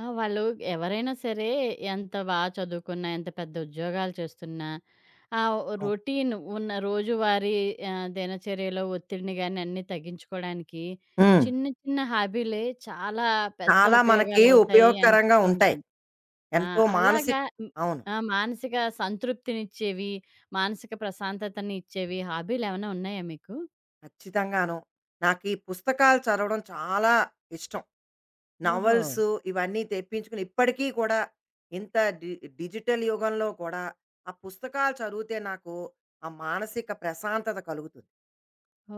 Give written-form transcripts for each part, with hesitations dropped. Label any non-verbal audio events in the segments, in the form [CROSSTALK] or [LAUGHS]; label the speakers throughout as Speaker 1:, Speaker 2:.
Speaker 1: ఆ! వాళ్ళు ఎవరైనా సరే ఎంత బా చదువుకున్నా, ఎంత పెద్ద ఉద్యోగాలు చేస్తున్నా, ఆ
Speaker 2: అవును.
Speaker 1: రొటీన్ ఉన్న రోజువారీ దినచర్యలో ఒత్తిడిని గాని అన్నీ తగ్గించుకోవడానికి
Speaker 2: హ్మ్.
Speaker 1: చిన్న చిన్న హాబీలే చాలా పెద్ద
Speaker 2: చాలా మనకి
Speaker 1: ఉపయోగాలవుతాయి
Speaker 2: ఉపయోగకరంగా
Speaker 1: అనిపిస్తూ
Speaker 2: ఉంటాయి.
Speaker 1: ఉంటుంది. ఆ!
Speaker 2: ఎంతో మానసిక
Speaker 1: అలాగా హ్మ్.
Speaker 2: అవును.
Speaker 1: ఆ! మానసిక సంతృప్తినిచ్చేవి, మానసిక ప్రశాంతతని ఇచ్చేవి హాబీలేమన్నా ఉన్నాయా మీకు?
Speaker 2: ఖచ్చితంగాను. నాకు ఈ పుస్తకాలు చదవడం చాలా ఇష్టం.
Speaker 1: ఓహో!
Speaker 2: నవల్స్ ఇవన్నీ తెప్పించుకుని ఇప్పటికీ కూడా ఇంత డిజిటల్ యుగంలో కూడా ఆ పుస్తకాలు చదివితే నాకు ఆ మానసిక ప్రశాంతత కలుగుతుంది.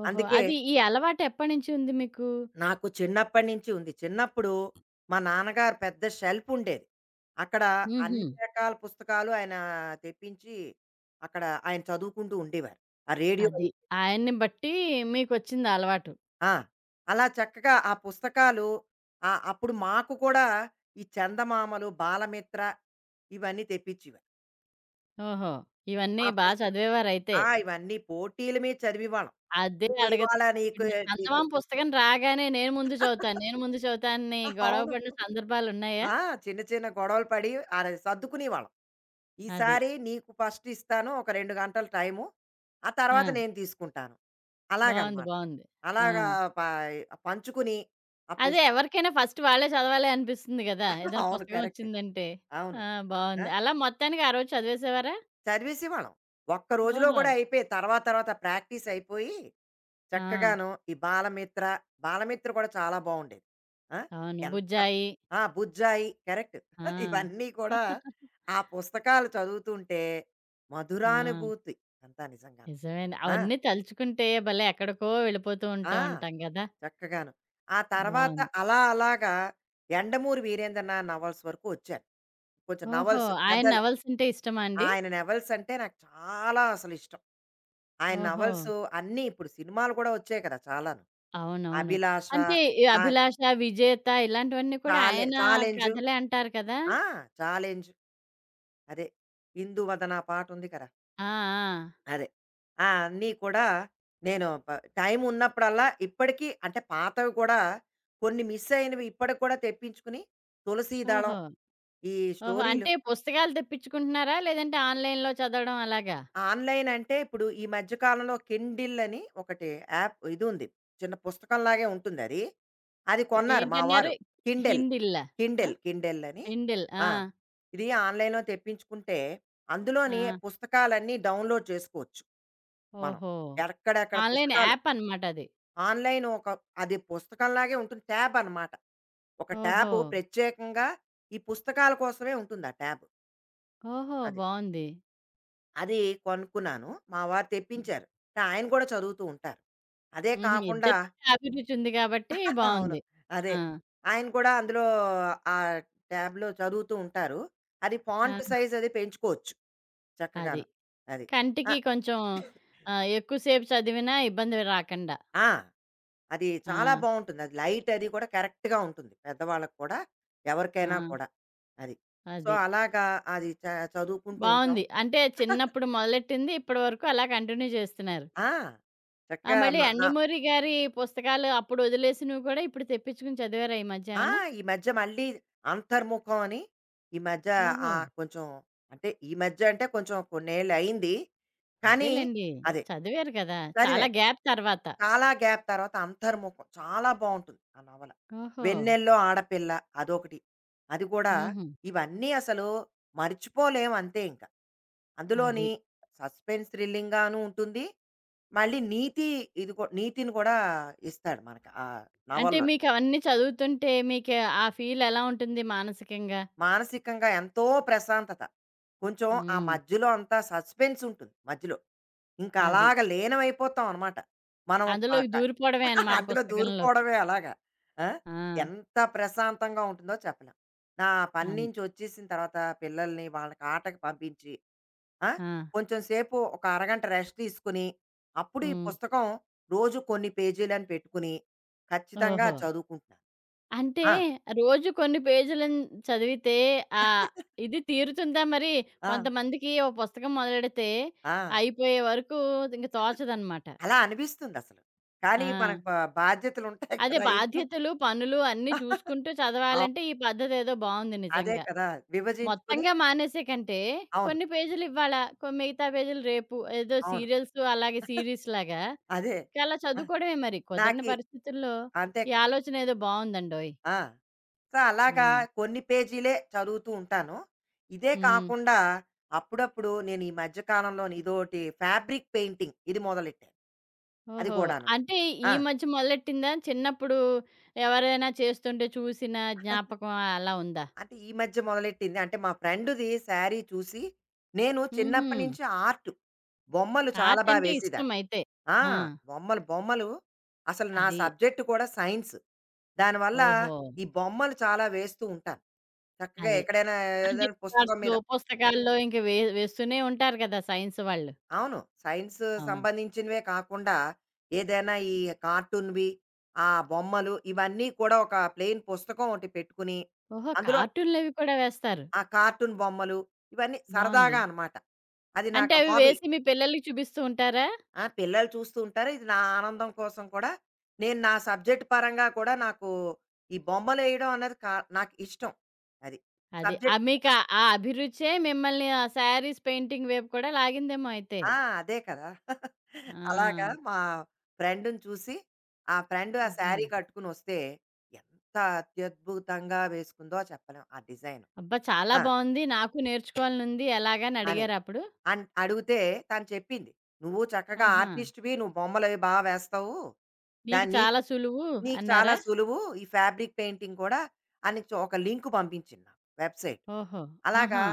Speaker 1: ఓహో!
Speaker 2: అందుకే
Speaker 1: అది ఈ అలవాటు ఎప్పటినుంచి ఉంది మీకు?
Speaker 2: నాకు చిన్నప్పటి నుంచి ఉంది. చిన్నప్పుడు మా నాన్నగారు పెద్ద షెల్ఫ్ ఉండేది. అక్కడ
Speaker 1: హుహు.
Speaker 2: అన్ని రకాల పుస్తకాలు ఆయన తెప్పించి, అక్కడ ఆయన చదువుకుంటూ ఉండేవారు. ఆ రేడియో
Speaker 1: అది.
Speaker 2: అది.
Speaker 1: ఆయన్ని బట్టి మీకొచ్చింది అలవాటు.
Speaker 2: ఆ! అలా చక్కగా ఆ పుస్తకాలు అప్పుడు మాకు కూడా ఈ చందమామలు, బాలమిత్ర ఇవన్నీ తెప్పించేవారు.
Speaker 1: ఓహో! ఇవన్నీ
Speaker 2: ఆ
Speaker 1: బా
Speaker 2: పుస్తకం.
Speaker 1: చదివేవారయితే.
Speaker 2: ఆ! ఇవన్నీ పోటీల మీద చదివేవాళ్ళం.
Speaker 1: అదే
Speaker 2: నువ్వు ఇవాళ నీకు
Speaker 1: అడగదామనుకున్నా. [LAUGHS]
Speaker 2: నీకు
Speaker 1: చందమామ పుస్తకం రాగానే నేను ముందు చదువుతాను, నేను
Speaker 2: [LAUGHS]
Speaker 1: ముందు చదువుతా అని గొడవ
Speaker 2: అవును.
Speaker 1: పడిన సందర్భాలున్నాయా?
Speaker 2: ఆ! చిన్న చిన్న గొడవలు పడి, అది సర్దుకునేవాళ్ళం.
Speaker 1: అది.
Speaker 2: ఈసారి నీకు ఫస్ట్ ఇస్తాను ఒక 2 గంటలు టైము. ఆ
Speaker 1: ఆ!
Speaker 2: తర్వాత నేను తీసుకుంటాను.
Speaker 1: బావుంది.
Speaker 2: అలాగనమాట.
Speaker 1: బావుంది. ఆ!
Speaker 2: అలాగా పా పంచుకుని ఆ
Speaker 1: అదే
Speaker 2: పుస్తకం.
Speaker 1: ఎవరికైనా ఫస్ట్ వాళ్ళే చదవాలి అనిపిస్తుంది గదా!
Speaker 2: [LAUGHS]
Speaker 1: ఏదైనా
Speaker 2: అవును.
Speaker 1: పుస్తకం
Speaker 2: కరెక్ట్.
Speaker 1: వచ్చిందంటే.
Speaker 2: అవును.
Speaker 1: ఆ!
Speaker 2: ఆ!
Speaker 1: బావుంది. అలా మొత్తానికి ఆ రోజు చదివేసేవారా?
Speaker 2: చదివేసేవాళ్ళం. ఒక్క రోజులో
Speaker 1: ఓహో!
Speaker 2: కూడా అయిపోయేది. తర్వాత తర్వాత ప్రాక్టీస్ అయిపోయి
Speaker 1: ఆ!
Speaker 2: చక్కగాను ఈ బాలమిత్ర, బాలమిత్ర కూడా చాలా బావుండేది. ఆ!
Speaker 1: అవును.
Speaker 2: ఎంత
Speaker 1: బుజ్జాయి.
Speaker 2: ఆ! బుజ్జాయి కరెక్ట్. [LAUGHS]
Speaker 1: ఆ!
Speaker 2: ఇవన్నీ కూడా
Speaker 1: [LAUGHS]
Speaker 2: ఆ పుస్తకాలు చదువుతుంటే
Speaker 1: ఆ!
Speaker 2: మధురానుభూతి అంతా నిజంగాను.
Speaker 1: నిజమేనండి.
Speaker 2: ఆ!
Speaker 1: అవన్నీ తలుచుకుంటే భలే ఎక్కడికో వెళ్ళిపోతూ
Speaker 2: ఆ!
Speaker 1: ఉంటూ ఉంటాం గదా!
Speaker 2: చక్కగాను. ఆ తర్వాత
Speaker 1: బావుంది.
Speaker 2: అలా అలాగా 'యండమూరి వీరేంద్రనాథ్' నవల్స్ వరకు వచ్చాను. కొంచెం
Speaker 1: ఓహో!
Speaker 2: నవల్స్
Speaker 1: ఆయన
Speaker 2: పెద్దలు.
Speaker 1: నవల్స్ అంటే ఇష్టమా అండి?
Speaker 2: ఆయన నవల్స్ అంటే నాకు చాలా అసలు ఇష్టం. ఆయన
Speaker 1: ఓహో!
Speaker 2: నవల్స్ అన్నీ ఇప్పుడు సినిమాలు కూడా వచ్చాయి కదా! చాలాను.
Speaker 1: అవునవును.
Speaker 2: 'అభిలాష',
Speaker 1: అంటే ఈ
Speaker 2: చా
Speaker 1: 'అభిలాష', 'విజేత' ఇలాంటివన్నీ కూడా
Speaker 2: చాలె
Speaker 1: ఆయన
Speaker 2: 'ఛాలెంజు'.
Speaker 1: కథలే అంటారు కదా!
Speaker 2: ఆ! 'ఛాలెంజు', అదే, 'ఇందువదన' పాటుంది కదా!
Speaker 1: ఆ! ఆ!
Speaker 2: అదే. ఆ! అన్నీ కూడా నేను టైమున్నప్పుడల్లా ఇప్పటికీ అంటే పాతవి కూడా కొన్ని మిస్ అయినవి ఇప్పటికి కూడా తెప్పించుకుని, తులసీ దళం,
Speaker 1: ఓహో!
Speaker 2: ఈ
Speaker 1: ఓహో!
Speaker 2: స్టోరీలు.
Speaker 1: అంటే పుస్తకాలు తెప్పించుకుంటున్నారా? లేదంటే ఆన్‌లైన్‌లో చదవడం అలాగా?
Speaker 2: ఆన్‌లైన్ అంటే ఇప్పుడు ఈ మధ్య కాలంలో కిండిల్ అని ఒకటి యాప్ ఇదుంది. చిన్న పుస్తకంలాగే ఉంటుందది. అది అది కొన్నారు మా
Speaker 1: ఏంటన్నారు?
Speaker 2: వారు. కిండెల్.
Speaker 1: హిండిల్లా? ఆ!
Speaker 2: కిండెల్. కిండెల్ అని.
Speaker 1: హిండిల్. ఆ!
Speaker 2: ఆ! ఇది ఆన్‌లైన్‌లో తెప్పించుకుంటే అందులోని
Speaker 1: ఆ!
Speaker 2: పుస్తకాలన్నీ డౌన్‌లోడ్ చేసుకోవచ్చు మనం.
Speaker 1: ఓహో!
Speaker 2: ఎక్కడెక్కడ
Speaker 1: ఆన్‌లైన్
Speaker 2: పుస్తకాలు
Speaker 1: యాప్ అన్నమాట అది.
Speaker 2: ఆన్‌లైన్ ఒక అది పుస్తకంలాగే ఉంటుంది. ట్యాబ్ అనమాట. ఒక
Speaker 1: ఓహో!
Speaker 2: ట్యాబు ప్రత్యేకంగా ఈ పుస్తకాల కోసమే ఉంటుంది ఆ ట్యాబ్.
Speaker 1: ఓహో!
Speaker 2: అది.
Speaker 1: బావుంది.
Speaker 2: అది కొనుక్కున్నాను. మా వారు తెప్పించారు. అంటే ఆయన కూడా చదువుతూ ఉంటారు. అదే
Speaker 1: హుహు.
Speaker 2: కాకుండా
Speaker 1: ఇద్దరికి అభిరుచి ఉంది కాబట్టి
Speaker 2: [LAUGHS] అవును.
Speaker 1: బావుంది.
Speaker 2: అదే.
Speaker 1: ఆ!
Speaker 2: ఆయన కూడా అందులో ఆ ట్యాబ్‌లో చదువుతూ ఉంటారు. అది ఫాంట్
Speaker 1: ఆహా!
Speaker 2: సైజ్ అది పెంచుకోవచ్చు
Speaker 1: అది.
Speaker 2: చక్కగాను. అది. ఆ!
Speaker 1: కంటికి కొంచెం ఎక్కువ సేపు చదివినా ఇబ్బంది రాకండా.
Speaker 2: ఆ! అది చాలా
Speaker 1: ఆ!
Speaker 2: బావుంటుంది. అది లైట్ అది కూడా కరెక్ట్‌గా ఉంటుంది. పెద్దవాళ్ళకి కూడా,
Speaker 1: ఆ!
Speaker 2: ఎవరికైనా కూడా. అది. సో,
Speaker 1: అది.
Speaker 2: అలాగా అది చదువుకుంటూ ఉంటాం.
Speaker 1: బావుంది. అంటే చిన్నప్పుడు మొదలెట్టింది ఇప్పటి వరకు అలా కంటిన్యూ చేస్తున్నారు.
Speaker 2: ఆ!
Speaker 1: ఆ!
Speaker 2: చక్కగా మ
Speaker 1: మళ్ళీ
Speaker 2: న
Speaker 1: యండమూరి గారి పుస్తకాలు అప్పుడు వదిలేసినవి కూడా ఇప్పుడు తెప్పించుకుని చదివారా ఈ మధ్య
Speaker 2: ఆ!
Speaker 1: ఏమన్నా?
Speaker 2: ఈ మధ్య మళ్ళీ అంతర్ముఖం అని ఈ మధ్య
Speaker 1: ఓహో!
Speaker 2: కొంచెం అంటే ఈ మధ్య అంటే కొంచెం కొన్నేళ్లయింది. కానీ
Speaker 1: అదేలెండి.
Speaker 2: అదే.
Speaker 1: చదివారు కదా! చాలా
Speaker 2: చదివాను.
Speaker 1: గ్యాప్ తర్వాత.
Speaker 2: చాలా గ్యాప్ తర్వాత 'అంతర్ముఖం' చాలా బావుంటుంది ఆ నవల.
Speaker 1: ఓహో!
Speaker 2: 'వెన్నెల్లో ఆడపిల్ల' అదొకటి. అది కూడా
Speaker 1: హుహు.
Speaker 2: ఇవన్నీ అసలు మర్చిపోలేం అంతే ఇంక.
Speaker 1: అది.
Speaker 2: అందులోని సస్పెన్స్ థ్రిల్లింగ్‌గాను ఉంటుంది. మళ్ళీ నీతి, ఇది నీతిని కూడా ఇస్తాడు మనకి ఆ
Speaker 1: అంటే
Speaker 2: నవల్లో.
Speaker 1: మీకవన్నీ చదువుతుంటే మీకు ఆ ఫీల్ ఎలా ఉంటుంది మానసికంగా?
Speaker 2: మానసికంగా ఎంతో ప్రశాంతత. కొంచెం ఆ
Speaker 1: హ్మ్.
Speaker 2: మధ్యలో అంతా సస్పెన్స్ ఉంటుంది మధ్యలో. ఇంకా
Speaker 1: అది.
Speaker 2: అలాగ లీనమైపోతాం అనమాట. మనం
Speaker 1: అందులోకి దూరిపోవడమే
Speaker 2: [LAUGHS]
Speaker 1: అన్నమాట
Speaker 2: అందులో
Speaker 1: పుస్తకంలోకి.
Speaker 2: దూరిపోవడమే అలాగా. ఆ!
Speaker 1: ఆ!
Speaker 2: ఎంత ప్రశాంతంగా ఉంటుందో చెప్పలేం. నా పని
Speaker 1: అన్
Speaker 2: నుంచి వచ్చేసిన తర్వాత పిల్లల్ని వాళ్ళకి ఆటకి పంపించి, ఆ!
Speaker 1: ఆ!
Speaker 2: కొంచెం సేపు ఒక అరగంట రెస్ట్ తీసుకొని, అప్పుడు ఈ
Speaker 1: హ్మ్.
Speaker 2: పుస్తకం రోజు కొన్ని పేజీలని పెట్టుకుని, ఖచ్చితంగా
Speaker 1: ఓహో!
Speaker 2: చదువుకుంటున్నాను.
Speaker 1: అంటే
Speaker 2: ఆ!
Speaker 1: రోజు కొన్ని పేజీలను చదివితే ఆహ్, ఇది తీరుతుందా మరి?
Speaker 2: ఆ!
Speaker 1: కొంతమందికి ఓ పుస్తకం మొదలెడితే
Speaker 2: ఆ!
Speaker 1: అయిపోయే వరకు ఇంక తోచదనమాట.
Speaker 2: అలా అనిపిస్తుందసలు.
Speaker 1: ఆ!
Speaker 2: కానీ మనకు బాధ్యతలుంటాయి
Speaker 1: అదే
Speaker 2: కదా ఇంట్లో.
Speaker 1: బాధ్యతలు, పనులు అన్నీ
Speaker 2: [LAUGHS]
Speaker 1: చూసుకుంటూ చదవాలంటే
Speaker 2: అవును.
Speaker 1: ఈ పద్ధతేదో బావుంది
Speaker 2: అదే
Speaker 1: నిజంగా.
Speaker 2: కదా! విభజించుకుని
Speaker 1: మొత్తంగా మానేసే కంటే,
Speaker 2: అవును.
Speaker 1: కొన్ని పేజీలు ఇవ్వాళ, మిగతా పేజీలు రేపు. ఏదో
Speaker 2: అవును.
Speaker 1: సీరియల్స్ అలాగే సీరీస్‌లాగా.
Speaker 2: అదే.
Speaker 1: ఇంకలా
Speaker 2: ఆ!
Speaker 1: చదువుకోవడమే మరి. కుదరని
Speaker 2: నాకి
Speaker 1: పరిస్థితుల్లో
Speaker 2: అంతే
Speaker 1: ఈ
Speaker 2: కదా!
Speaker 1: ఆలోచన ఏదో బావుందండోయ్!
Speaker 2: ఆ! సో,
Speaker 1: ఆ!
Speaker 2: అలాగా కొన్ని పేజీలే చదువుతూ ఉంటాను. ఇదే
Speaker 1: హ్మ్.
Speaker 2: కాకుండా అప్పుడప్పుడు నేను ఈ మధ్య కాలంలోని ఇదోటి ఫ్యాబ్రిక్ పెయింటింగ్ ఇది మొదలెట్టాను. అది
Speaker 1: ఓహో!
Speaker 2: కూడాను.
Speaker 1: అంటే ఈ
Speaker 2: ఆ!
Speaker 1: మధ్య మొదలెట్టిందా? చిన్నప్పుడు ఎవరైనా చేస్తుంటే చూసిన జ్ఞాపకం అలా ఉందా?
Speaker 2: అంటే ఈ మధ్య మొదలెట్టింది. అంటే మా ఫ్రెండ్‌ది శారీ చూసి, నేను
Speaker 1: హుహు.
Speaker 2: చిన్నప్పటి నుంచి ఆర్ట్ బొమ్మలు చాలా
Speaker 1: ఆర్ట్
Speaker 2: బా
Speaker 1: అంటే ఇష్టం
Speaker 2: వేసేదాన్ని.
Speaker 1: అయితే.
Speaker 2: ఆ!
Speaker 1: ఆ!
Speaker 2: బొమ్మలు, అసలు నా
Speaker 1: అది.
Speaker 2: సబ్జెక్ట్ కూడా సైన్స్. దానివల్ల
Speaker 1: ఓహో!
Speaker 2: ఈ బొమ్మలు చాలా వేస్తూ ఉంటాను. చక్కగా
Speaker 1: అది.
Speaker 2: ఎక్కడైనా
Speaker 1: అంటే
Speaker 2: ఏదైనా పుస్తకం
Speaker 1: కార్స్‌లో,
Speaker 2: మీద
Speaker 1: పుస్తకాల్లో ఇంక వేస్తూనే ఉంటారు కదా! సైన్స్ వాళ్ళు.
Speaker 2: అవును. సైన్స్
Speaker 1: అవును.
Speaker 2: సంబంధించినవే కాకుండా ఏదైనా ఈ కార్టూన్‌వి, ఆ బొమ్మలు ఇవన్నీ కూడా ఒక ప్లెయిన్ పుస్తకం ఒకటి పెట్టుకుని,
Speaker 1: ఓహో!
Speaker 2: అందులో
Speaker 1: కార్టూన్‌లవి కూడా వేస్తారు.
Speaker 2: ఆ కార్టూన్ బొమ్మలు ఇవన్నీ
Speaker 1: బావుంది.
Speaker 2: సరదాగా అనమాట. అది
Speaker 1: అంటే
Speaker 2: నాకు
Speaker 1: అవి
Speaker 2: హాబీ.
Speaker 1: వేసి మీ పిల్లలకి చూపిస్తూ ఉంటారా?
Speaker 2: ఆ! పిల్లలు చూస్తూ ఉంటారు. ఇది నా ఆనందం కోసం కూడా, నేను నా సబ్జెక్ట్ పరంగా కూడా నాకు ఈ బొమ్మలేయడం అన్నది నాకు ఇష్టం. అది.
Speaker 1: అది. ఆ
Speaker 2: సబ్జెక్ట్
Speaker 1: మీకు
Speaker 2: పరంగా
Speaker 1: ఆ ఆ అభిరుచే మిమ్మల్ని ఆ శారీస్ పెయింటింగ్ వైపు కూడా లాగిందేమో అయితే.
Speaker 2: ఆ! అదే కదా! [LAUGHS] అలాగా
Speaker 1: ఆ!
Speaker 2: మా ఫ్రెండ్‌ని చూసి, ఆ ఫ్రెండ్ ఆ
Speaker 1: హుహు.
Speaker 2: శారీ కట్టుకొనొస్తే ఎంత అత్యద్భుతంగా వేసుకుందో చెప్పలేం ఆ డిజైన్.
Speaker 1: అబ్బా! చాలా
Speaker 2: ఆ!
Speaker 1: బావుంది. నాకు నేర్చుకోవాలనుంది ఎలాగని
Speaker 2: అని.
Speaker 1: అడిగారా అప్పుడు?
Speaker 2: అడిగితే తను చెప్పింది. "నువ్వు చక్కగా
Speaker 1: ఆహా!
Speaker 2: ఆర్టిస్ట్‌వి. నువ్వు బొమ్మలవి బా వేస్తావు.
Speaker 1: మీకు
Speaker 2: దాన్ని
Speaker 1: చాలా సులువు
Speaker 2: నీకు చాలా
Speaker 1: అన్నారా?
Speaker 2: సులువు. ఈ ఫ్యాబ్రిక్ పెయింటింగ్ కూడా" అని ఒక లింక్ పంపించింది నాకు వెబ్‌సైట్.
Speaker 1: ఓహో!
Speaker 2: అలాగా
Speaker 1: ఆహా!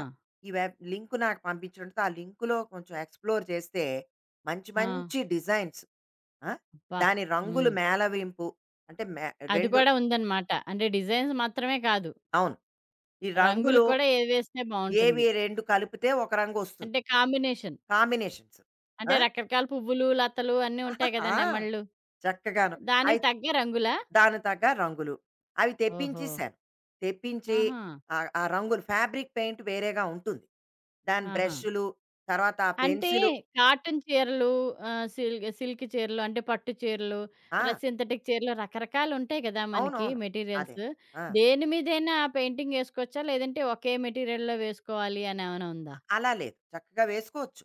Speaker 2: ఈ వెబ్ లింక్ నాకు పంపించడంతో ఆ లింక్‌లో కొంచెం ఎక్స్‌ప్లోర్ చేస్తే మంచి
Speaker 1: ఆ!
Speaker 2: మంచి డిజైన్స్. ఆ!
Speaker 1: అబ్బా!
Speaker 2: దాని రంగులు
Speaker 1: హ్మ్.
Speaker 2: మేళవింపు అంటే
Speaker 1: అది
Speaker 2: 2
Speaker 1: కూడా ఉందన్నమాట. అంటే డిజైన్స్ మాత్రమే కాదు.
Speaker 2: అవును. ఈ
Speaker 1: రంగులు
Speaker 2: రంగులు
Speaker 1: కూడా ఏవేస్తే
Speaker 2: ఏవి
Speaker 1: బావుంటుంది.
Speaker 2: 2 కలిపితే ఒక రంగొస్తుంది.
Speaker 1: అంటే కాంబినేషన్.
Speaker 2: కాంబినేషన్స్.
Speaker 1: అంటే రకరకాల పువ్వులు, లతలు అన్నీ
Speaker 2: [LAUGHS]
Speaker 1: ఉంటాయి
Speaker 2: ఆ!
Speaker 1: గదా!
Speaker 2: ఆ!
Speaker 1: నెమళ్ళు.
Speaker 2: చక్కగాను. ఆ
Speaker 1: దానికి తగ్గ రంగులా?
Speaker 2: దానికి తగ్గ రంగులు. అవి
Speaker 1: ఓహో!
Speaker 2: తెప్పించేసాను. తెప్పించి
Speaker 1: ఆహా!
Speaker 2: ఆ రంగులు ఫ్యాబ్రిక్ పెయింట్ వేరేగా ఉంటుంది. దాని
Speaker 1: ఆహా!
Speaker 2: బ్రష్‌లు, తర్వాత ఆ
Speaker 1: అంటే
Speaker 2: పెన్సిలు.
Speaker 1: కాటన్ చీరలు సిల్క్ సిల్క్ చీరలు అంటే పట్టు చీరలు,
Speaker 2: ఆ!
Speaker 1: సింథటిక్ చీరలు రకరకాలుంటాయి గదా! మనకి
Speaker 2: అవునవును. అదే.
Speaker 1: మెటీరియల్స్.
Speaker 2: ఆ!
Speaker 1: దేని మీదైనా పెయింటింగ్ ఏసుకోవచ్చా? లేదంటే ఒకే మెటీరియల్‌లో వేసుకోవాలి అని ఏమైనా
Speaker 2: అ
Speaker 1: ఉందా?
Speaker 2: అలా లేదు. చక్కగా వేసుకోవచ్చు.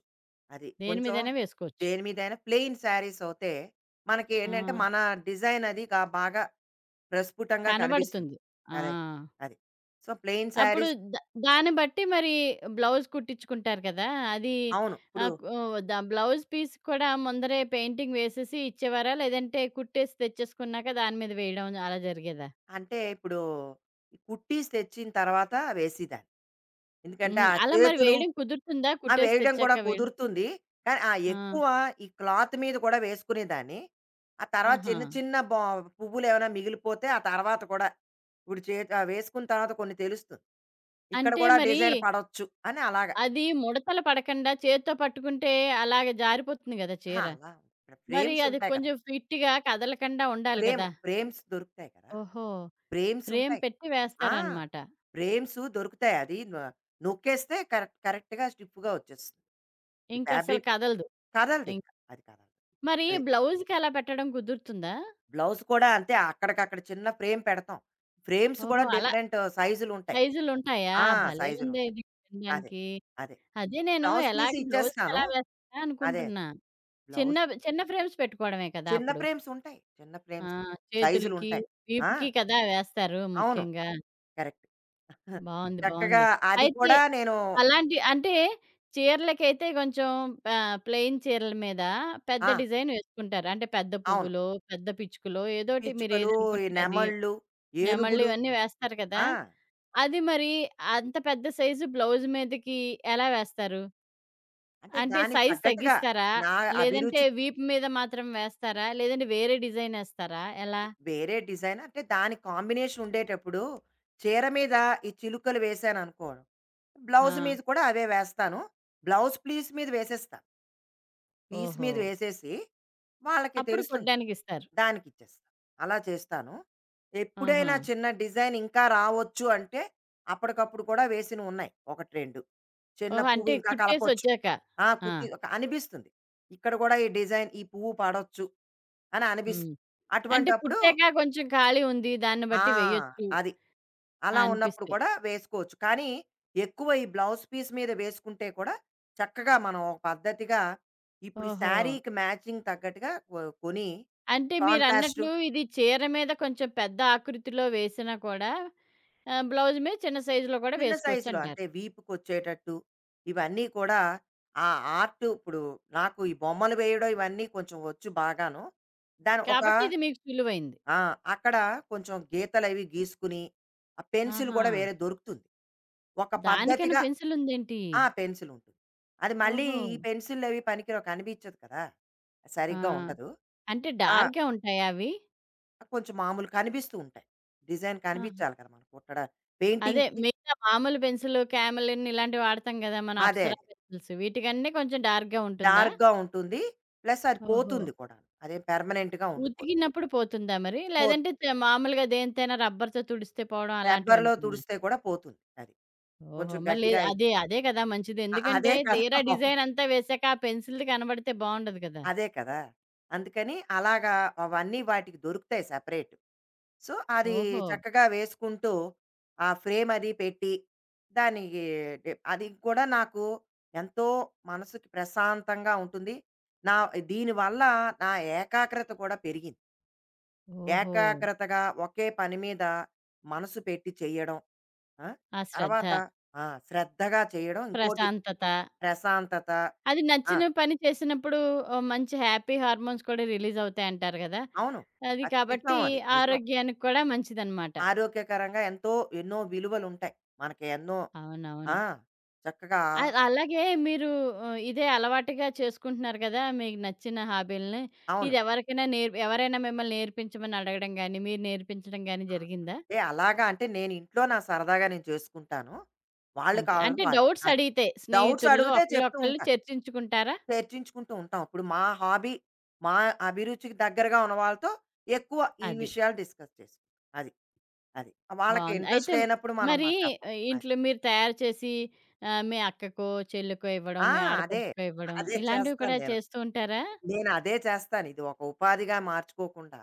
Speaker 2: అది.
Speaker 1: దేని
Speaker 2: కొంచెం
Speaker 1: మీదైనా వేసుకోవచ్చు.
Speaker 2: దేని మీదైనా ప్లెయిన్ శారీస్ అవుతే మనకి
Speaker 1: ఆ!
Speaker 2: ఏంటంటే మన డిజైన్ అది గా బాగా ప్రస్ఫుటంగా కనిపిస్తుంది.
Speaker 1: కనబడుతుంది. ఆ!
Speaker 2: అదే. అది. సో, ప్లెయిన్
Speaker 1: అప్పుడు
Speaker 2: శారీస్
Speaker 1: ద దాన్ని బట్టి మరి బ్లౌజ్ కుట్టించుకుంటారు కదా! అది
Speaker 2: అవును. ఇప్పుడు
Speaker 1: ఓహ్! బ్లౌజ్ పీస్ కూడా ముందరే పెయింటింగ్ వేసేసి ఇచ్చేవారా? లేదంటే కుట్టేసి తెచ్చేసుకున్నాక దాని మీద వేయడం అలా జరిగేదా?
Speaker 2: అంటే ఇప్పుడు కుర్టీస్ తెచ్చిన తర్వాత వేసేదాన్ని. ఎందుకంటే
Speaker 1: హుహు.
Speaker 2: ఆ
Speaker 1: అలా మరి
Speaker 2: చేతులు.
Speaker 1: వేయడం కుదురుతుందా?
Speaker 2: ఆ
Speaker 1: కుట్టేసి
Speaker 2: వేయడం
Speaker 1: తెచ్చాక
Speaker 2: కూడా
Speaker 1: వేయడం?
Speaker 2: కుదురుతుంది. కానీ ఆ
Speaker 1: ఆ!
Speaker 2: ఎక్కువ ఈ క్లాత్ మీద కూడా వేసుకునేదాన్ని. ఆ తర్వాత
Speaker 1: ఆహా!
Speaker 2: చిన్న చిన్న పువ్వులేమైనా మిగిలిపోతే ఆ తర్వాత కూడా ఇప్పుడు చేతి వేసుకున్న తర్వాత కొన్ని తెలుస్తుంది. ఇక్కడ
Speaker 1: అంటే
Speaker 2: కూడా
Speaker 1: మరి
Speaker 2: డిజైన్ పడొచ్చు అని అలాగా.
Speaker 1: అది ముడతలు పడకుండా చేత్తో పట్టుకుంటే అలాగే జారిపోతుంది గదా
Speaker 2: అహా!
Speaker 1: చీర.
Speaker 2: అలా ఇక్కడ
Speaker 1: మరి
Speaker 2: ఫ్రేమ్స్
Speaker 1: అది
Speaker 2: ఉంటాయి కదా!
Speaker 1: కొంచెం ఫిట్‌గా కదలకుండా ఉండాలి గదా!
Speaker 2: ఫ్రేమ్స్ దొరుకుతాయి కదా!
Speaker 1: ఓహో!
Speaker 2: ఫ్రేమ్స్
Speaker 1: ఫ్రేమ్
Speaker 2: ఉంటాయి.
Speaker 1: పెట్టి
Speaker 2: ఆ!
Speaker 1: వేస్తారనమాట.
Speaker 2: ఫ్రేమ్స్ దొరుకుతాయి. అది నొక్కేస్తే కరెక్ట్ కరెక్ట్‌గా స్టిఫ్‌గా వచ్చేస్తుంది. ఈ
Speaker 1: ఇంకసలు
Speaker 2: ఫ్యాబ్రిక్
Speaker 1: కదలదు. ఇం
Speaker 2: కదలదింక. అది కదలదు.
Speaker 1: మరి
Speaker 2: అది.
Speaker 1: బ్లౌజ్‌కి అలా పెట్టడం కుదురుతుందా?
Speaker 2: బ్లౌజ్ కూడా అంతే అక్కడికక్కడ చిన్న ఫ్రేమ్ పెడతాం. ఫ్రేమ్స్ కూడా
Speaker 1: ఓహో! అలా
Speaker 2: డిఫరెంట్ సైజులుంటాయి.
Speaker 1: సైజులుంటాయా?
Speaker 2: ఆ!
Speaker 1: భలే ఉందే
Speaker 2: సైజులుంటాయి.
Speaker 1: ఇది
Speaker 2: అదే.
Speaker 1: వినడానికి.
Speaker 2: అదే.
Speaker 1: అదే నేను
Speaker 2: బ్లౌజ్ పీస్
Speaker 1: ఎలాగ బ్లౌజ్‌కి
Speaker 2: ఇచ్చేస్తాను.
Speaker 1: ఎలా వేస్తారా
Speaker 2: అదే.
Speaker 1: అనుకుంటున్నా.
Speaker 2: బ్లౌజ్
Speaker 1: చిన్నవి చిన్న ఫ్రేమ్స్ పెట్టుకోవడమే కదా!
Speaker 2: చిన్న
Speaker 1: అప్పుడు.
Speaker 2: ఫ్రేమ్స్ ఉంటాయి. చిన్న
Speaker 1: ఆ!
Speaker 2: ఫ్రేమ్స్
Speaker 1: చేతులకి,
Speaker 2: సైజులుంటాయి. ఆ!
Speaker 1: వీపుకి కదా వేస్తారు
Speaker 2: అవును.
Speaker 1: ముఖ్యంగా.
Speaker 2: కరెక్ట్. [LAUGHS]
Speaker 1: బావుంది.
Speaker 2: చక్కగా
Speaker 1: బావుంది.
Speaker 2: అది
Speaker 1: అయితే
Speaker 2: కూడా నేను
Speaker 1: అలాంటి అంటే చీరలకైతే కొంచెం ప్లెయిన్ చీరల మీద పెద్ద
Speaker 2: ఆ!
Speaker 1: డిజైన్ వేసుకుంటారు. అంటే పెద్ద
Speaker 2: అవును.
Speaker 1: పువ్వులో, పెద్ద పిచ్చుకలో ఏదోటి
Speaker 2: పిచ్చుకలు, ఈ
Speaker 1: మీరేదనుకుంటే అది
Speaker 2: నెమళ్ళు,
Speaker 1: నెమళ్ళు
Speaker 2: ఏనుగులు.
Speaker 1: ఇవన్నీ వేస్తారు కదా!
Speaker 2: ఆ!
Speaker 1: అది మరి అంత పెద్ద సైజు బ్లౌజ్ మీదకి ఎలా వేస్తారు?
Speaker 2: అంటే
Speaker 1: అంటే
Speaker 2: దానికి
Speaker 1: సైజ్
Speaker 2: తగ్గట్టుగా
Speaker 1: తగ్గిస్తారా?
Speaker 2: నా
Speaker 1: లేదంటే
Speaker 2: అభిరుచికి
Speaker 1: వీపు మీద మాత్రం వేస్తారా? లేదంటే వేరే డిజైన్ ఏస్తారా? ఎలా?
Speaker 2: వేరే డిజైన్ అంటే దాని కాంబినేషన్ ఉండేటప్పుడు చీర మీద ఈ చిలుకలు వేసాను అనుకోవడం,
Speaker 1: ఆ!
Speaker 2: బ్లౌజ్ మీద కూడా అవే వేస్తాను. బ్లౌజ్ ప్లీస్ మీద వేసేస్తాను. పీస్
Speaker 1: ఓహో!
Speaker 2: మీద వేసేసి వాళ్ళకి
Speaker 1: అప్పుడు
Speaker 2: తెలుస్తుంది.
Speaker 1: కుట్టడానికిస్తారు.
Speaker 2: దానికి ఇచ్చేస్తాను. అలా చేస్తాను.
Speaker 1: ఆహా!
Speaker 2: ఎప్పుడైనా చిన్న డిజైన్ ఇంకా రావచ్చు అంటే అప్పటికప్పుడు కూడా వేసిన ఉన్నాయి ఒకటి రెండు. చిన్న
Speaker 1: ఓహో!
Speaker 2: పువ్వు
Speaker 1: అంటే
Speaker 2: ఇంకా కలపొచ్చు.
Speaker 1: కుట్టేసొచ్చాక.
Speaker 2: ఆ
Speaker 1: ఆ!
Speaker 2: కుట్టి ఒక అనిపిస్తుంది. ఇక్కడ కూడా ఈ డిజైన్ ఈ పువ్వు పాడొచ్చు అని
Speaker 1: హ్మ్.
Speaker 2: అనిపిస్తుంది.
Speaker 1: అంటే
Speaker 2: అటువంటప్పుడు
Speaker 1: కుట్టాక కొంచెం ఖాళీ ఉంది. దాన్ని
Speaker 2: ఆ!
Speaker 1: బట్టి వెయ్యొచ్చు
Speaker 2: అది. అలా ఉన్నప్పుడు
Speaker 1: అనిపిస్తే.
Speaker 2: కూడా వేసుకోవచ్చు. కానీ ఎక్కువ ఈ బ్లౌజ్ పీస్ మీద వేసుకుంటే కూడా చక్కగా మనం ఒక పద్ధతిగా ఇప్పుడు
Speaker 1: ఓహో!
Speaker 2: శారీకి మ్యాచింగ్ తగ్గట్టుగా కొని
Speaker 1: అంటే
Speaker 2: కాంట్రాస్టు
Speaker 1: మీరన్నట్లు ఇది చీర మీద కొంచెం పెద్ద ఆకృతిలో వేసినా కూడా బ్లౌజ్ మీద చిన్న సైజులో కూడా
Speaker 2: చిన్న సైజులో
Speaker 1: వేసుకోవచ్చంటారు.
Speaker 2: అంతే వీపుకొచ్చేటట్టు ఇవన్నీ కూడా ఆ ఆర్ట్ ఇప్పుడు నాకు ఈ బొమ్మలు వేయడం ఇవన్నీ కొంచెం వచ్చు బాగాను. దాని ఒక
Speaker 1: కాబట్టి ఇది మీకు సులువైంది.
Speaker 2: ఆ! అక్కడ కొంచెం గీతలవి గీసుకుని, ఆ పెన్సిల్
Speaker 1: ఆహా!
Speaker 2: కూడా వేరే దొరుకుతుంది. ఒక
Speaker 1: దానికని
Speaker 2: పద్ధతిగా
Speaker 1: పెన్సిల్ ఉందేంటి?
Speaker 2: ఆ! పెన్సిల్ ఉంటుంది. అది మళ్ళీ
Speaker 1: ఓహో!
Speaker 2: ఈ పెన్సిల్లవి పనికిరావు, కనిపించదు కదా!
Speaker 1: ఆ!
Speaker 2: సరిగ్గా ఉండదు.
Speaker 1: అంటే
Speaker 2: ఆ!
Speaker 1: డార్క్‌గా ఉంటాయా అవి?
Speaker 2: కొంచెం మామూలు కనిపిస్తూ ఉంటాయి. డిజైన్
Speaker 1: ఆహా!
Speaker 2: కనిపించాలి కదా! మనం కుట్టడా
Speaker 1: అదే
Speaker 2: పెయింటింగ్‌కి
Speaker 1: మిగతా మామూలు పెన్సిల్, క్యామెలిన్ ఇలాంటివి వాడతాం గదా! మనం
Speaker 2: అదే అదే.
Speaker 1: అప్సరా పెన్సిల్స్ వీటికన్నీ కొంచెం డార్క్‌గా ఉంటుందా?
Speaker 2: డార్క్‌గా ఉంటుంది. ప్లస్ అది
Speaker 1: ఓహో!
Speaker 2: పోతుంది కూడా. అదేం పెర్మనెంట్‌గా ఉండిపోదు.
Speaker 1: ఉతికినప్పుడు పోతుందా మరి?
Speaker 2: పోతు
Speaker 1: లేదంటే మామూలుగా దేనితోనైనా రబ్బర్‌తో తుడిస్తే పోవడం అలాంటివి
Speaker 2: రబ్బర్‌లో
Speaker 1: ఉంటుందా?
Speaker 2: తుడిస్తే కూడా పోతుంది. అది.
Speaker 1: ఓహో!
Speaker 2: కొంచెం
Speaker 1: మరి
Speaker 2: గట్టిగా
Speaker 1: లేదు
Speaker 2: అయి-
Speaker 1: అదే అదే కదా మంచిది.
Speaker 2: అ
Speaker 1: ఎందుకంటే
Speaker 2: అదే కదా!
Speaker 1: తీరా
Speaker 2: అవును.
Speaker 1: డిజైన్ అంతా వేశాక ఆ పెన్సిల్‌ది కనబడితే బావుండదు కదా!
Speaker 2: అదే కదా! అందుకని అలాగా అవన్నీ వాటికి దొరుకుతాయి సెపరేట్. సో, అది
Speaker 1: ఓహో!
Speaker 2: చక్కగా వేసుకుంటూ ఆ ఫ్రేమ్ అది పెట్టి దానికి డె అది కూడా నాకు ఎంతో మనసుకి ప్రశాంతంగా ఉంటుంది. నా దీనివల్ల నా ఏకాగ్రత కూడా పెరిగింది.
Speaker 1: ఓహో!
Speaker 2: ఏకాగ్రతగా ఒకే పని మీద మనసు పెట్టి చేయడం. ఆ!
Speaker 1: ఆ శ్రద్ధ.
Speaker 2: తర్వాత ఆ! శ్రద్ధగా చేయడం. ఇంకోటి
Speaker 1: ప్రశాంతత.
Speaker 2: ప్రశాంతత.
Speaker 1: అది
Speaker 2: ఆ!
Speaker 1: నచ్చిన పని చేసినప్పుడు ఓహ్, మంచి హ్యాపీ హార్మోన్స్ కూడా రిలీజ్ అవుతాయంటారు గదా!
Speaker 2: అవును.
Speaker 1: అది
Speaker 2: ఖచ్చితం
Speaker 1: కాబట్టి
Speaker 2: అది. నిజం.
Speaker 1: ఆరోగ్యానికి కూడా మంచిదనమాట.
Speaker 2: ఆరోగ్యకరంగా ఎంతో ఎన్నో విలువలుంటాయి. మనకి ఎన్నో ఆ!
Speaker 1: అవునవును.
Speaker 2: చక్కగా
Speaker 1: అలాగే మీరు ఇదే అలవాటుగా చేసుకుంటున్నారు గదా! మీకు నచ్చిన హాబీలని.
Speaker 2: అవును.
Speaker 1: ఇది ఎవరికైనా నేర్ ఎవరైనా మిమ్మల్ని నేర్పించమని అడగడం గాని, మీరు నేర్పించడం గాని
Speaker 2: ఆ!
Speaker 1: జరిగిందా?
Speaker 2: అంటే అలాగా అంటే నేను ఇంట్లో నా సరదాగా నేను చేసుకుంటాను. వాళ్ళు
Speaker 1: అంతే.
Speaker 2: కావాలని
Speaker 1: అంటే
Speaker 2: వాళ్ళు.
Speaker 1: డౌట్స్
Speaker 2: అదే.
Speaker 1: అడిగితే
Speaker 2: డౌట్స్
Speaker 1: స్నేహితుల్లో
Speaker 2: అడిగితే
Speaker 1: ఒకళ్ళు
Speaker 2: చెప్తూ
Speaker 1: ఒకళ్ళు
Speaker 2: ఉంటాను.
Speaker 1: చర్చించుకుంటారా?
Speaker 2: చర్చించుకుంటూ ఉంటాం. ఇప్పుడు మా హాబీ, మా అభిరుచికి దగ్గరగా ఉన్న వాళ్ళతో ఎక్కువ ఈ
Speaker 1: అది.
Speaker 2: విషయాలు డిస్కస్ చేసుకుంటాం. అది. అది. వాళ్ళకి
Speaker 1: బావుంది.
Speaker 2: ఇంట్రెస్ట్
Speaker 1: అయితే
Speaker 2: లేనప్పుడు మనం
Speaker 1: మరి
Speaker 2: మాట్లాడతాం. అది.
Speaker 1: ఇంట్లో మీరు తయారు చేసి మీ అక్కకో, చెల్లికో ఇవ్వడం,
Speaker 2: ఆ!
Speaker 1: మీ
Speaker 2: అదే.
Speaker 1: ఆడపడుచుకో ఇవ్వడం
Speaker 2: అదే
Speaker 1: ఇలాంటివి
Speaker 2: చేస్తాను
Speaker 1: కూడా
Speaker 2: నేను.
Speaker 1: చేస్తూ ఉంటారా?
Speaker 2: నేను అదే చేస్తాను. ఇది ఒక ఉపాధిగా మార్చుకోకుండా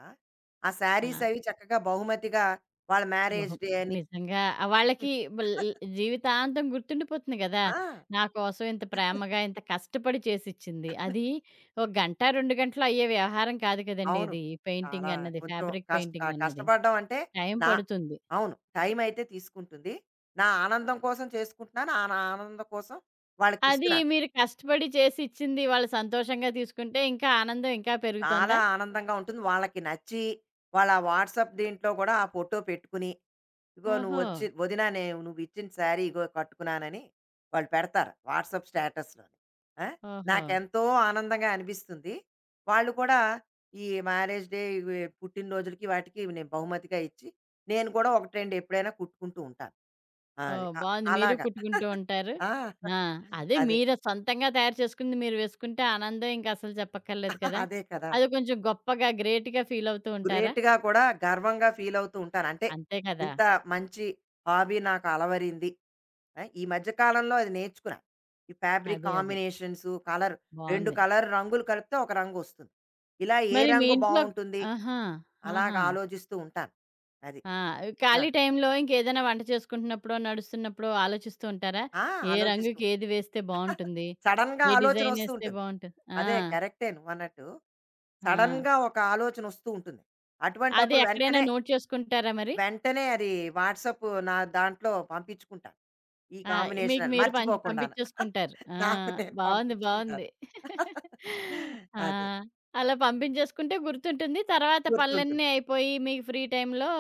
Speaker 2: ఆ
Speaker 1: ఆ!
Speaker 2: శారీస్ అవి చక్కగా బహుమతిగా వాళ్ళ మ్యారేజ్
Speaker 1: ఓహో!
Speaker 2: డే అని
Speaker 1: నిజంగా వాళ్ళకి బల్ జీవితాంతం గుర్తుండిపోతుంది గదా!
Speaker 2: ఆ!
Speaker 1: నా కోసం ఇంత ప్రేమగా, ఇంత కష్టపడి చేసిచ్చింది. అది ఒక గంట, 2 గంటలు అయ్యే వ్యవహారం కాదు కదండీ
Speaker 2: అవును.
Speaker 1: ఇది.
Speaker 2: చాలా
Speaker 1: పెయింటింగ్ అన్నది,
Speaker 2: కొంచెం
Speaker 1: ఫ్యాబ్రిక్ పెయింటింగ్ అన్నది.
Speaker 2: కష్టపడడం అంటే
Speaker 1: టైం
Speaker 2: నా
Speaker 1: పడుతుంది.
Speaker 2: అవును. టైం అయితే తీసుకుంటుంది. నా ఆనందం కోసం చేసుకుంటున్నాను. ఆ నా ఆనందం కోసం
Speaker 1: అది
Speaker 2: వాళ్ళకిస్తున్నాను.
Speaker 1: మీరు కష్టపడి చేసిచ్చింది వాళ్ళు సంతోషంగా తీసుకుంటే ఇంకా ఆనందం ఇంకా
Speaker 2: చాలా
Speaker 1: పెరుగుతోందా?
Speaker 2: ఆనందంగా ఉంటుంది. వాళ్ళకి నచ్చి వాళ్ళ వాట్సాప్ దీంట్లో గూడా ఆ ఫోటో పెట్టుకుని, "ఇదిగో
Speaker 1: ఓహో!
Speaker 2: నువ్వొచ్చి వదినా, నేను నువ్విచ్చిన శారీ ఇగో కట్టుకున్నానని వాళ్ళు పెడతారు వాట్సాప్ స్టేటస్‌లోని. ఆ!
Speaker 1: ఓహో!
Speaker 2: నాకెంతో ఆనందంగా అనిపిస్తుంది. వాళ్ళు కూడా ఈ మ్యారేజ్ డే, ఇవి పుట్టినరోజులకి వాటికి నేను బహుమతిగా ఇచ్చి, నేను కూడా 1, 2 ఎప్పుడైనా కుట్టుకుంటూ ఉంటాను. ఆ, అది.
Speaker 1: ఓహ్!
Speaker 2: అ
Speaker 1: బావుంది. మీరు
Speaker 2: అలాగా.
Speaker 1: కుట్టుకుంటూ
Speaker 2: [LAUGHS]
Speaker 1: ఉంటారు.
Speaker 2: ఆ!
Speaker 1: ఆ! అదే
Speaker 2: అదే.
Speaker 1: మీరు సొంతంగా తయారు చేసుకుంది మీరు వేసుకుంటే ఆనందం ఇంక అసలు చెప్పక్కర్లేదు
Speaker 2: [LAUGHS]
Speaker 1: కదా!
Speaker 2: అదే కదా!
Speaker 1: అది కొంచెం గొప్పగా, గ్రేట్‌గా ఫీల్ అవుతూ ఉంటారా?
Speaker 2: గ్రేట్‌గా కూడా గర్వంగా ఫీలవుతూ ఉంటాను. అంటే
Speaker 1: అంతే కదా!
Speaker 2: ఇంత మంచి హాబీ నాకు అలవరింది. ఆ! ఈ మధ్య కాలంలో అది నేర్చుకున్నా. ఈ ఫ్యాబ్రిక్
Speaker 1: అదే. అదే.
Speaker 2: కాంబినేషన్స్, కలర్ 2
Speaker 1: బావుంది.
Speaker 2: కలర్ రంగులు కలిపితే ఒక రంగు వస్తుంది. ఇలా ఏ
Speaker 1: మరి మీ
Speaker 2: రంగు
Speaker 1: ఇంట్లో
Speaker 2: బావుంటుంది?
Speaker 1: ఆహా!
Speaker 2: అలాగ
Speaker 1: ఆహా!
Speaker 2: ఆలోచిస్తూ ఉంటాను. అది.
Speaker 1: ఆ!
Speaker 2: ఆ!
Speaker 1: ఖాళీ టైంలో ఇంకేదైనా వంట చేసుకుంటున్నప్పుడో, నడుస్తున్నప్పుడో ఆలోచిస్తూ ఉంటారా?
Speaker 2: ఆ!
Speaker 1: ఏ
Speaker 2: ఆలోచిస్తూ
Speaker 1: రంగుకి ఏది వేస్తే
Speaker 2: [LAUGHS]
Speaker 1: బావుంటుంది?
Speaker 2: సడెన్‌గా
Speaker 1: ఏ
Speaker 2: ఆలోచన
Speaker 1: డిజైన్
Speaker 2: వస్తూ
Speaker 1: ఏస్తే
Speaker 2: ఉంటుంది.
Speaker 1: బావుంటుంది? ఆ!
Speaker 2: అదే కరెక్టే నువ్వన్నట్టు.
Speaker 1: ఆ!
Speaker 2: సడెన్‌గా ఒక ఆలోచన వస్తూ ఉంటుంది.
Speaker 1: అది
Speaker 2: అటువంటప్పుడు
Speaker 1: ఎక్కడైనా
Speaker 2: వెంటనే,
Speaker 1: నోట్ చేసుకుంటారా మరి?
Speaker 2: వెంటనే అది వాట్సాప్ నా దాంట్లో పంపించుకుంటాను. ఈ
Speaker 1: ఆ!
Speaker 2: కాంబినేషన్
Speaker 1: మీకు
Speaker 2: అని
Speaker 1: మీరు పంచి
Speaker 2: మర్చిపోకుండాను.
Speaker 1: పంపించేసుకుంటారు. ఆ!
Speaker 2: నాకు నేను
Speaker 1: బావుంది.
Speaker 2: పంపించుకుంటాను.
Speaker 1: బావుంది. ఆ!
Speaker 2: అదే.
Speaker 1: అలా పంపించేసుకుంటే గుర్తుంటుంది. తర్వాత
Speaker 2: గుర్తుంటుంది.
Speaker 1: పనులన్నీ అయిపోయి మీకు ఫ్రీ టైమ్‌లో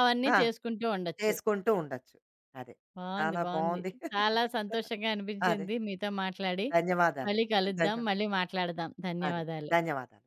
Speaker 1: అవన్నీ
Speaker 2: ఆ!
Speaker 1: చేసుకుంటూ ఉండొచ్చు.
Speaker 2: చేసుకుంటూ ఉండొచ్చు. అదే.
Speaker 1: బావుంది.
Speaker 2: చాలా
Speaker 1: బావుంది.
Speaker 2: బావుంది.
Speaker 1: చాలా సంతోషంగా
Speaker 2: అదే.
Speaker 1: అనిపించింది మీతో మాట్లాడి. మళ్ళీ
Speaker 2: ధన్యవాదాలండి. ధన్య
Speaker 1: కలుద్దాం. మళ్ళీ మాట్లాడదాం.
Speaker 2: అదే.
Speaker 1: ధన్యవాదాలు.
Speaker 2: ధన్యవాదాలు.